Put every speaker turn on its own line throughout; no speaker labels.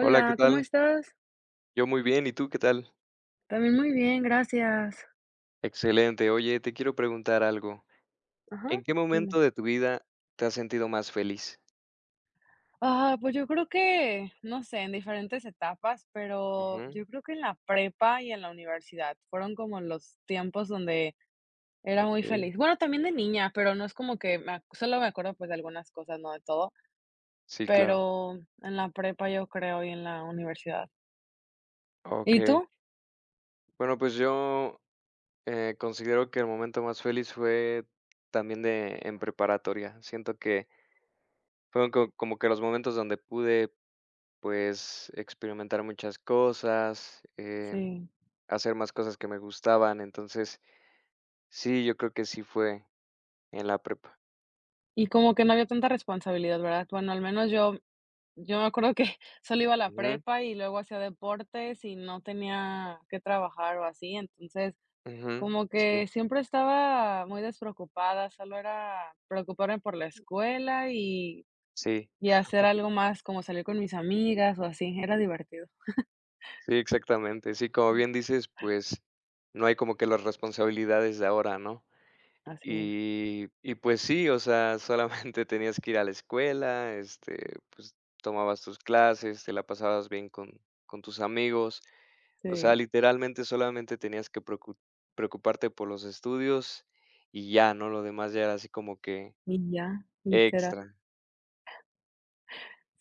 Hola, ¿qué
¿cómo
tal?
estás?
Yo muy bien, ¿y tú qué tal?
También muy bien, gracias.
Excelente. Oye, te quiero preguntar algo.
Ajá,
¿En qué momento
dime.
de tu vida te has sentido más feliz?
Ah, pues yo creo que, no sé, en diferentes etapas, pero
Ujú,
yo creo que en la prepa y en la universidad fueron como los tiempos donde era muy
okey.
feliz. Bueno, también de niña, pero no es como que solo me acuerdo pues de algunas cosas, no de todo,
Sí, claro.
pero en la prepa yo creo y en la universidad. ¿Y
Okey.
tú?
Bueno, pues yo, considero que el momento más feliz fue también de en preparatoria. Siento que fueron co como que los momentos donde pude, pues, experimentar muchas cosas,
Sí.
hacer más cosas que me gustaban. Entonces, sí, yo creo que sí fue en la prepa.
Y como que no había tanta responsabilidad, ¿verdad? Bueno, al menos yo. Yo me acuerdo que solo iba a la prepa y luego hacía deportes y no tenía que trabajar o así, entonces
Ujú.
como
Sí,
que siempre estaba muy despreocupada, solo era preocuparme por la escuela
sí,
y hacer algo más, como salir con mis amigas o así, era divertido.
sí, exactamente. Sí, como bien dices, pues no hay como que las responsabilidades de ahora, ¿no?
Así es,
Y pues sí, o sea, solamente tenías que ir a la escuela, este, pues tomabas tus clases, te la pasabas bien con tus amigos, o sea,
sí,
literalmente solamente tenías que preocuparte por los estudios y ya, ¿no? Lo demás ya era así como que
y ya, literal,
extra.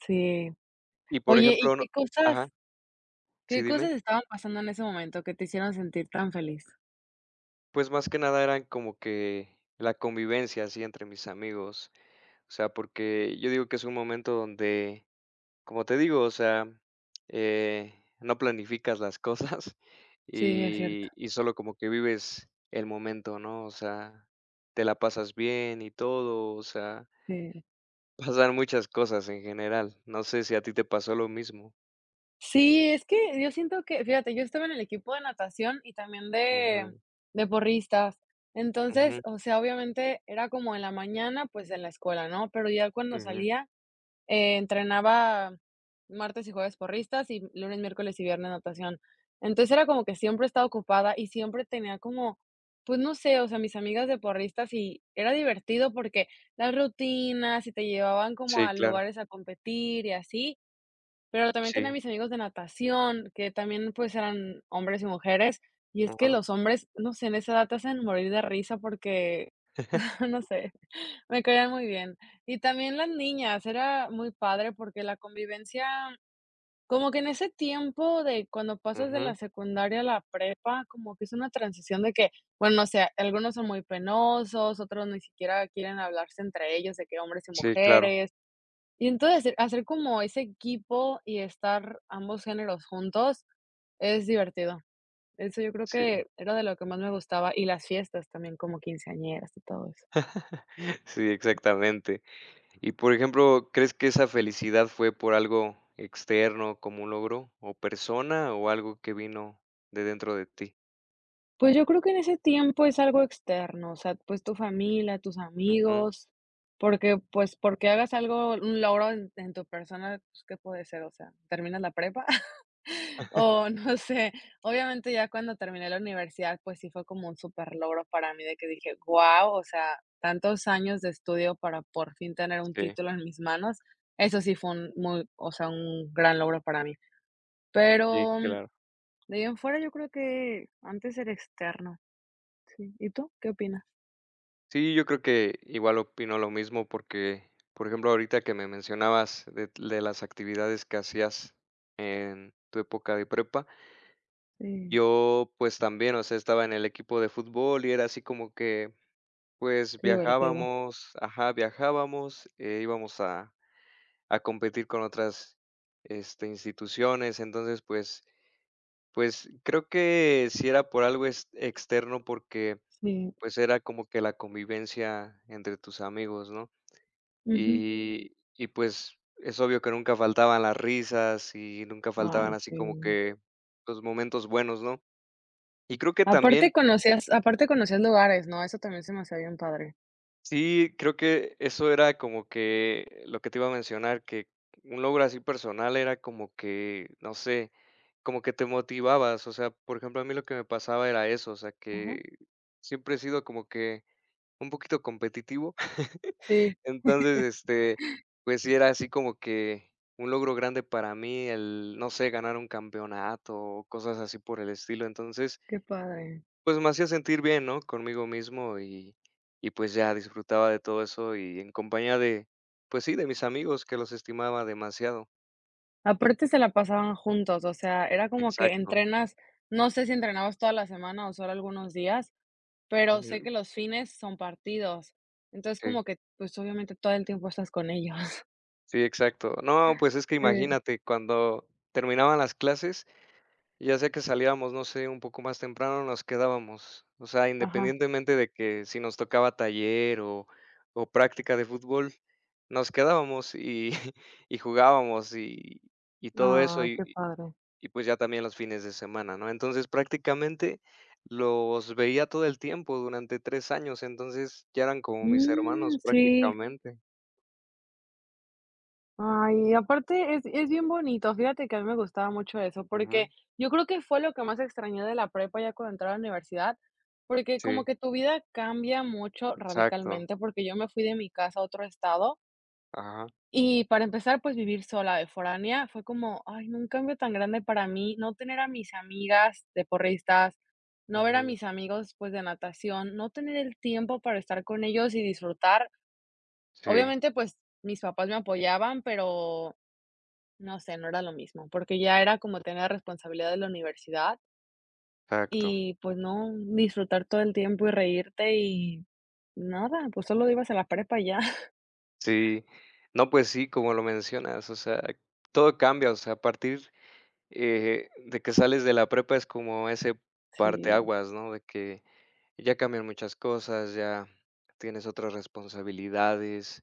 sí.
Y por
Oye, ¿y
ejemplo, no, ajá, sí,
qué cosas
dime.
estaban pasando en ese momento que te hicieron sentir tan feliz?
Pues, más que nada eran como que la convivencia así entre mis amigos, o sea, porque yo digo que es un momento donde, como te digo, o sea, eh, no planificas las cosas
Sí, es cierto,
y solo como que vives el momento, ¿no? O sea, te la pasas bien y todo, o sea,
sí.
pasan muchas cosas en general. No sé si a ti te pasó lo mismo.
Sí, es que yo siento que, fíjate, yo estaba en el equipo de natación y también de
Ujú,
de porristas. Entonces,
ujú,
o sea, obviamente era como en la mañana, pues, en la escuela, ¿no? Pero ya cuando
ujú.
salía, entrenaba martes y jueves porristas, y lunes, miércoles y viernes natación. Entonces, era como que siempre estaba ocupada y siempre tenía como, pues, no sé, o sea, mis amigas de porristas y era divertido porque las rutinas y te llevaban como
Sí,
a
claro.
lugares a competir y así, pero también tenía
Sí.
mis amigos de natación, que también, pues, eran hombres y mujeres, y es que
Ujú.
los hombres, no sé, en esa edad te hacen morir de risa porque, no sé, me caían muy bien. Y también las niñas, era muy padre porque la convivencia, como que en ese tiempo de cuando pasas de la
Ujú.
secundaria a la prepa, como que es una transición de que, bueno, no sé, algunos son muy penosos, otros ni siquiera quieren hablarse entre ellos de que hombres y
Sí, claro.
mujeres, y entonces hacer como ese equipo y estar ambos géneros juntos es divertido. Eso yo creo
Sí.
que era de lo que más me gustaba, y las fiestas también, como quinceañeras y todo eso.
Sí, exactamente. Y por ejemplo, ¿crees que esa felicidad fue por algo externo, como un logro o persona o algo que vino de dentro de ti?
Pues yo creo que en ese tiempo es algo externo, o sea, pues tu familia, tus
Ujú.
amigos, porque, pues, porque hagas algo, un logro en tu persona, pues, ¿qué puede ser? O sea, terminas la prepa. O no sé, obviamente ya cuando terminé la universidad, pues sí fue como un super logro para mí de que dije, guau, o sea, tantos años de estudio para por fin tener un
Sí,
título en mis manos. Eso sí fue un muy, o sea, un gran logro para mí.
sí,
Pero
claro.
de ahí en fuera yo creo que antes era externo, sí. ¿Y tú qué opinas?
Sí, yo creo que igual opino lo mismo porque, por ejemplo, ahorita que me mencionabas de las actividades que hacías en tu época de prepa,
Sí,
yo pues también, o sea, estaba en el equipo de fútbol y era así como que pues
qué divertido.
viajábamos, ajá, viajábamos, íbamos a competir con otras, este, instituciones. Entonces, pues, creo que si era por algo ex externo, porque,
Sí.
pues, era como que la convivencia entre tus amigos, ¿no?
Ujú.
Y y, pues, es obvio que nunca faltaban las risas y nunca faltaban
Ay,
así como
sí.
que los momentos buenos, ¿no? Y creo que también.
Aparte conocías lugares, ¿no? Eso también se me hacía bien padre.
Sí, creo que eso era como que lo que te iba a mencionar, que un logro así personal era como que, no sé, como que te motivabas. O sea, por ejemplo, a mí lo que me pasaba era eso, o sea,
Ajá.
que siempre he sido como que un poquito competitivo.
Sí,
Entonces, este, pues sí era así como que un logro grande para mí el, no sé, ganar un campeonato o cosas así por el estilo. Entonces,
qué padre.
pues me hacía sentir bien, ¿no? Conmigo mismo y pues ya disfrutaba de todo eso y en compañía de, pues sí, de mis amigos que los estimaba demasiado.
Aparte se la pasaban juntos, o sea, era como que
Exacto.
entrenas, no sé si entrenabas toda la semana o solo algunos días, pero sé
Ujú.
que los fines son partidos. Entonces, como
Sí,
que, pues, obviamente todo el tiempo estás con ellos.
sí, exacto. No, pues es que
Sí,
imagínate, cuando terminaban las clases, ya sea que salíamos, no sé, un poco más temprano, nos quedábamos. O sea,
ajá.
independientemente de que si nos tocaba taller o práctica de fútbol, nos quedábamos y y jugábamos y todo eso.
Ay, qué
Y
padre.
pues ya también los fines de semana, ¿no? Entonces, prácticamente los veía todo el tiempo durante 3 años, entonces ya eran como mis
Mm,
hermanos
sí.
prácticamente.
Ay, aparte es bien bonito, fíjate que a mí me gustaba mucho eso, porque
Ujú.
yo creo que fue lo que más extrañé de la prepa ya cuando entré a la universidad, porque como
Sí,
que tu vida cambia mucho
exacto.
radicalmente, porque yo me fui de mi casa a otro estado
Ajá.
y para empezar, pues vivir sola de foránea fue como, ay, no, un cambio tan grande para mí, no tener a mis amigas de porristas, no ver a
Ujú.
mis amigos, pues, de natación, no tener el tiempo para estar con ellos y disfrutar.
Sí,
Obviamente, pues, mis papás me apoyaban, pero no sé, no era lo mismo, porque ya era como tener la responsabilidad de la universidad
exacto.
y, pues, no disfrutar todo el tiempo y reírte y nada, pues, solo ibas a la prepa y ya.
Sí. No, pues sí, como lo mencionas, o sea, todo cambia, o sea, a partir de que sales de la prepa es como ese
Sí,
parteaguas, ¿no? De que ya cambian muchas cosas, ya tienes otras responsabilidades,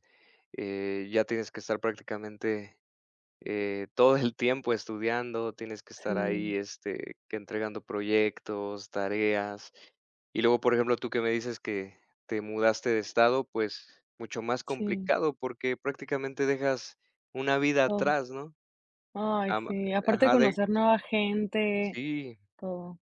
ya tienes que estar prácticamente todo el tiempo estudiando, tienes que estar
sí,
ahí, este, que entregando proyectos, tareas. Y luego, por ejemplo, tú que me dices que te mudaste de estado, pues mucho más
sí,
complicado porque prácticamente dejas una vida
todo.
atrás, ¿no?
Ay,
Am-
sí, aparte de
Ajá, de,
conocer nueva gente,
sí.
todo.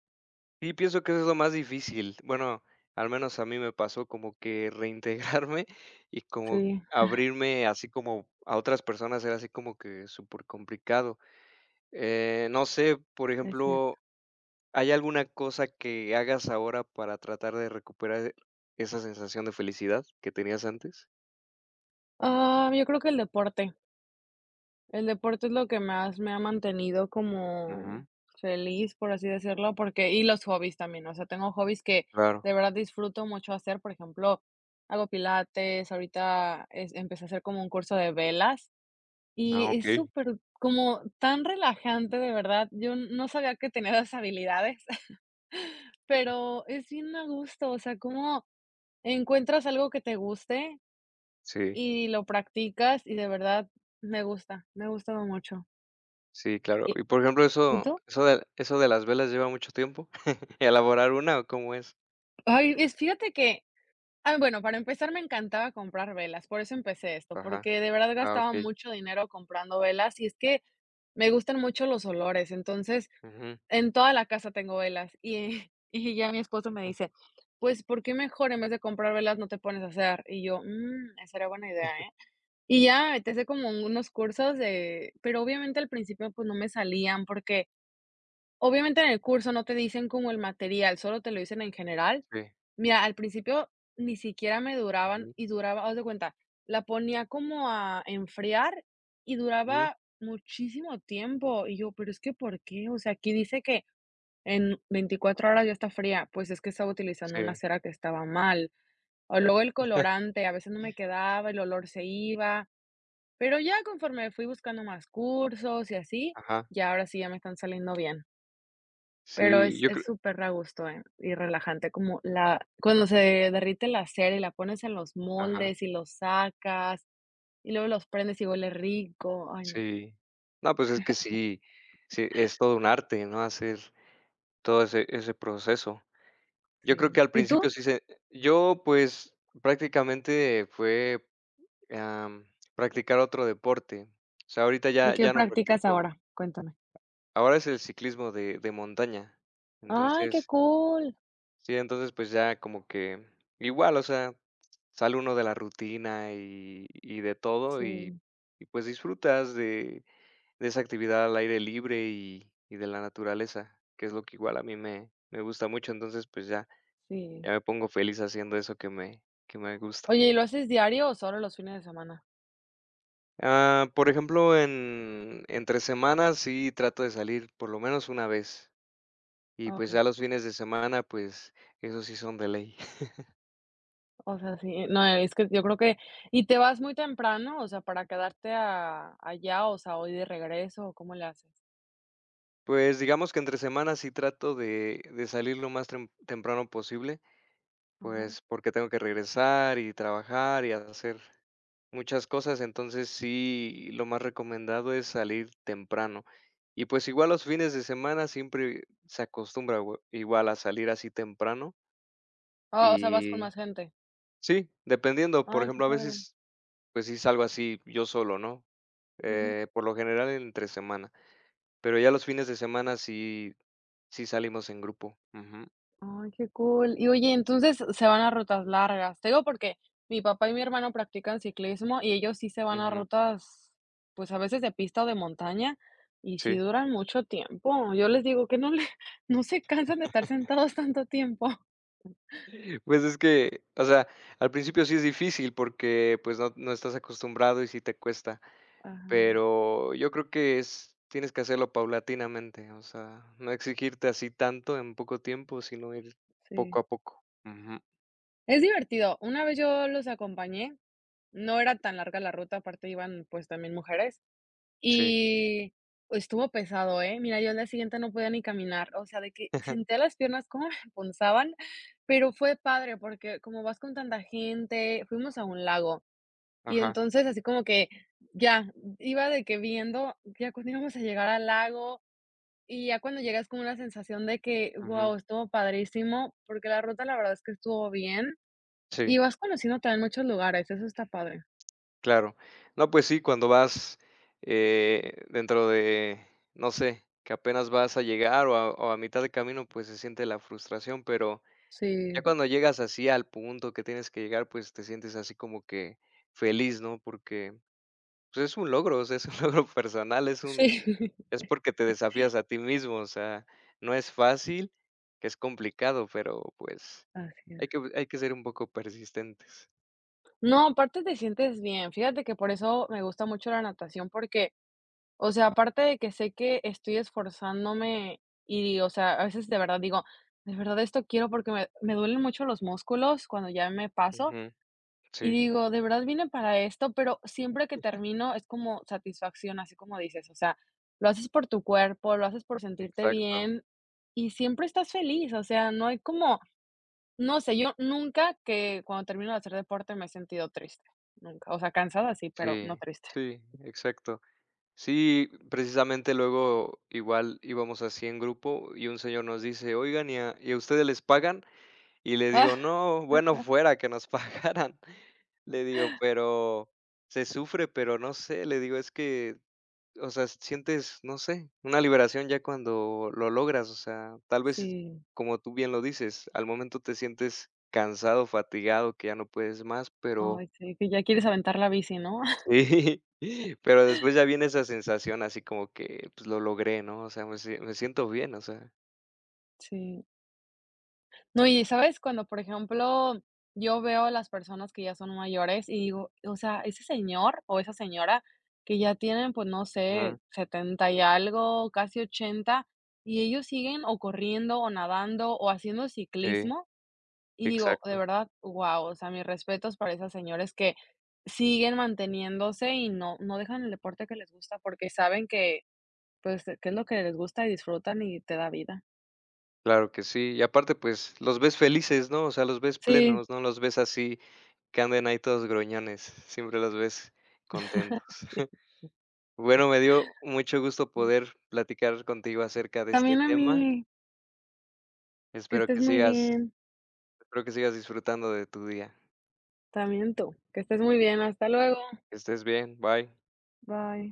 Sí, pienso que eso es lo más difícil. Bueno, al menos a mí me pasó como que reintegrarme y como
Sí,
abrirme así como a otras personas era así como que súper complicado. No sé, por
es cierto.
ejemplo, ¿hay alguna cosa que hagas ahora para tratar de recuperar esa sensación de felicidad que tenías antes?
Ah, yo creo que el deporte. El deporte es lo que más me ha mantenido como
Ujú.
feliz, por así decirlo, porque y los hobbies también, o sea, tengo hobbies que
Claro.
de verdad disfruto mucho hacer, por ejemplo, hago pilates, ahorita es empecé a hacer como un curso de velas
Ah,
y
ok.
es súper como tan relajante, de verdad, yo no sabía que tenía esas habilidades, pero es bien a gusto, o sea, como encuentras algo que te guste
Sí,
y lo practicas y de verdad me gusta, me ha gustado mucho.
sí, claro. Y por ejemplo,
¿Y tú?
eso de las velas lleva mucho tiempo. ¿Elaborar una o cómo es?
Ay, es fíjate que ah, bueno, para empezar, me encantaba comprar velas, por eso empecé esto,
Ajá.
porque de verdad
Ah,
gastaba
ok.
mucho dinero comprando velas, y es que me gustan mucho los olores. Entonces,
Ujú,
en toda la casa tengo velas, y y ya mi esposo me
mm,
dice: "Pues, ¿por qué mejor en vez de comprar velas no te pones a hacer?". Y yo: "Mm, esa era buena idea, ¿eh". Y ya te empecé como unos cursos de pero obviamente al principio, pues, no me salían, porque obviamente en el curso no te dicen como el material, solo te lo dicen en general.
sí.
Mira, al principio ni siquiera me duraban
Ujú,
y duraba, haz de cuenta, la ponía como a enfriar y
ujú,
duraba muchísimo tiempo. Y yo, pero es que ¿por qué? O sea, aquí dice que en 24 horas ya está fría. Pues es que estaba utilizando una
sí.
cera que estaba mal. O luego el colorante, a veces no me quedaba, el olor se iba. Pero ya conforme fui buscando más cursos y así,
Ajá,
ya ahora sí ya me están saliendo bien. Pero
sí,
es
yo
es
creo.
súper a gusto, y relajante, como la cuando se derrite la cera y la pones en los
Ajá,
moldes y los sacas, y luego los prendes y huele rico. Ay, no sé,
sí. No, pues, es que sí, sí, es todo un arte, ¿no? Hacer todo ese proceso. Yo creo
sí.
que al
¿Y tú?
principio sí se. Yo, pues, prácticamente fue, am, practicar otro deporte. O sea, ahorita
¿Y
ya
qué
ya no
practicas
practico.
ahora? Cuéntame.
Ahora es el ciclismo de montaña.
Ay, qué
Entonces.
cool.
Sí, entonces, pues, ya como que igual, o sea, sale uno de la rutina y de todo, y
Sí,
y, pues, disfrutas de esa actividad al aire libre y de la naturaleza, que es lo que igual a mí me gusta mucho. Entonces, pues, ya
sí.
ya me pongo feliz haciendo eso que me gusta.
Oye, ¿y lo haces diario o solo los fines de semana?
Ah, por ejemplo, en entre semanas sí trato de salir por lo menos una vez, y,
Ah,
pues,
okey.
ya los fines de semana, pues, esos sí son de ley.
O sea, sí, no, es que yo creo que ¿y te vas muy temprano, o sea, para quedarte a allá, o sea, hoy de regreso, o cómo le haces?
Pues, digamos que entre semana sí trato de salir lo más temprano posible,
Ajá.
pues, porque tengo que regresar y trabajar y hacer muchas cosas, entonces sí, lo más recomendado es salir temprano. Y, pues, igual los fines de semana siempre se acostumbra igual a salir así temprano
Ah, o sea, vas con más
y
gente.
sí, dependiendo, por
Ay, qué
ejemplo, a
padre.
veces, pues, sí salgo así yo solo, ¿no?
Ujú.
Por lo general entre semana, pero ya los fines de semana sí salimos en grupo. Ujú.
Ay, qué cool. Y oye, entonces se van a rutas largas. Te digo porque mi papá y mi hermano practican ciclismo y ellos sí se van a
Ujú,
rutas, pues a veces de pista o de montaña, y sí
sí.
duran mucho tiempo. Yo les digo que no le, no se cansan de estar sentados tanto tiempo.
Pues es que, o sea, al principio sí es difícil porque, pues, no estás acostumbrado y sí te cuesta,
Ajá,
pero yo creo que es tienes que hacerlo paulatinamente, o sea, no exigirte así tanto en poco tiempo, sino ir
sí.
poco a poco. Ujú,
Es divertido. Una vez yo los acompañé, no era tan larga la ruta, aparte iban pues también mujeres.
sí.
Y pues, estuvo pesado, ¿eh? Mira, yo al día siguiente no podía ni caminar, o sea, de que senté las piernas cómo me punzaban, pero fue padre porque como vas con tanta gente, fuimos a un lago y
Ajá,
entonces así como que ya iba de que viendo ya cuándo íbamos a llegar al lago y ya cuando llegas como una sensación de que,
ujú,
guau, estuvo padrísimo, porque la ruta la verdad es que estuvo bien y
sí,
vas conociendo también muchos lugares, eso está padre.
claro. No, pues sí, cuando vas, dentro de, no sé, que apenas vas a llegar o a mitad de camino, pues se siente la frustración, pero. Ya
Sí,
cuando llegas así al punto que tienes que llegar, pues, te sientes así como que feliz, ¿no? Porque, pues, es un logro, o sea, es un logro personal,
sí,
es porque te desafías a ti mismo, o sea, no es fácil, que es complicado, pero, pues,
así es.
hay que ser un poco persistentes.
No, aparte te sientes bien. Fíjate que por eso me gusta mucho la natación, porque, o sea, aparte de que sé que estoy esforzándome y, o sea, a veces de verdad digo, de verdad esto quiero porque me duelen mucho los músculos cuando ya me paso
Ujú.
y
Sí,
digo, de verdad vine para esto, pero siempre que termino es como satisfacción, así como dices, o sea, lo haces por tu cuerpo, lo haces por sentirte
exacto.
bien y siempre estás feliz, o sea, no hay como no sé, yo nunca que cuando termino de hacer deporte me he sentido triste, nunca. O sea, cansada sí, pero no
Sí,
triste.
sí, exacto. Sí, precisamente luego igual íbamos así en grupo y un señor nos dice: "Oigan, ¿y a ustedes les pagan?". Y le digo: "No, bueno, fuera que nos pagaran". Le digo: "Pero se sufre, pero no sé", le digo: "Es que, o sea, sientes, no sé, una liberación ya cuando lo logras". O sea, tal vez,
Sí,
como tú bien lo dices, al momento te sientes cansado, fatigado, que ya no puedes más, pero
ay, sí, que ya quieres aventar la bici, ¿no?
sí, pero después ya viene esa sensación así como que, pues, lo logré, ¿no? O sea, me siento bien, o sea.
Sí. No, y sabes, cuando, por ejemplo, yo veo a las personas que ya son mayores y digo, o sea, ese señor o esa señora que ya tienen, pues, no sé,
Ujú,
70 y algo, casi 80 y ellos siguen o corriendo o nadando o haciendo
sí,
ciclismo, Y digo, de
exacto.
verdad, wow o sea, mis respetos para esas señores que siguen manteniéndose y no dejan el deporte que les gusta, porque saben que, pues, que es lo que les gusta y disfrutan y te da vida.
Claro que sí. Y aparte, pues, los ves felices, ¿no? O sea, los ves
Sí,
plenos, no los ves así que anden ahí todos gruñones, siempre los ves contentos.
sí.
Bueno, me dio mucho gusto poder platicar contigo acerca de este
También a
tema.
mí, que
Espero
estés
que
muy
sigas
bien.
espero que sigas disfrutando de tu día.
También tú, que estés muy bien. Hasta luego.
Que estés bien, bye.
Bye.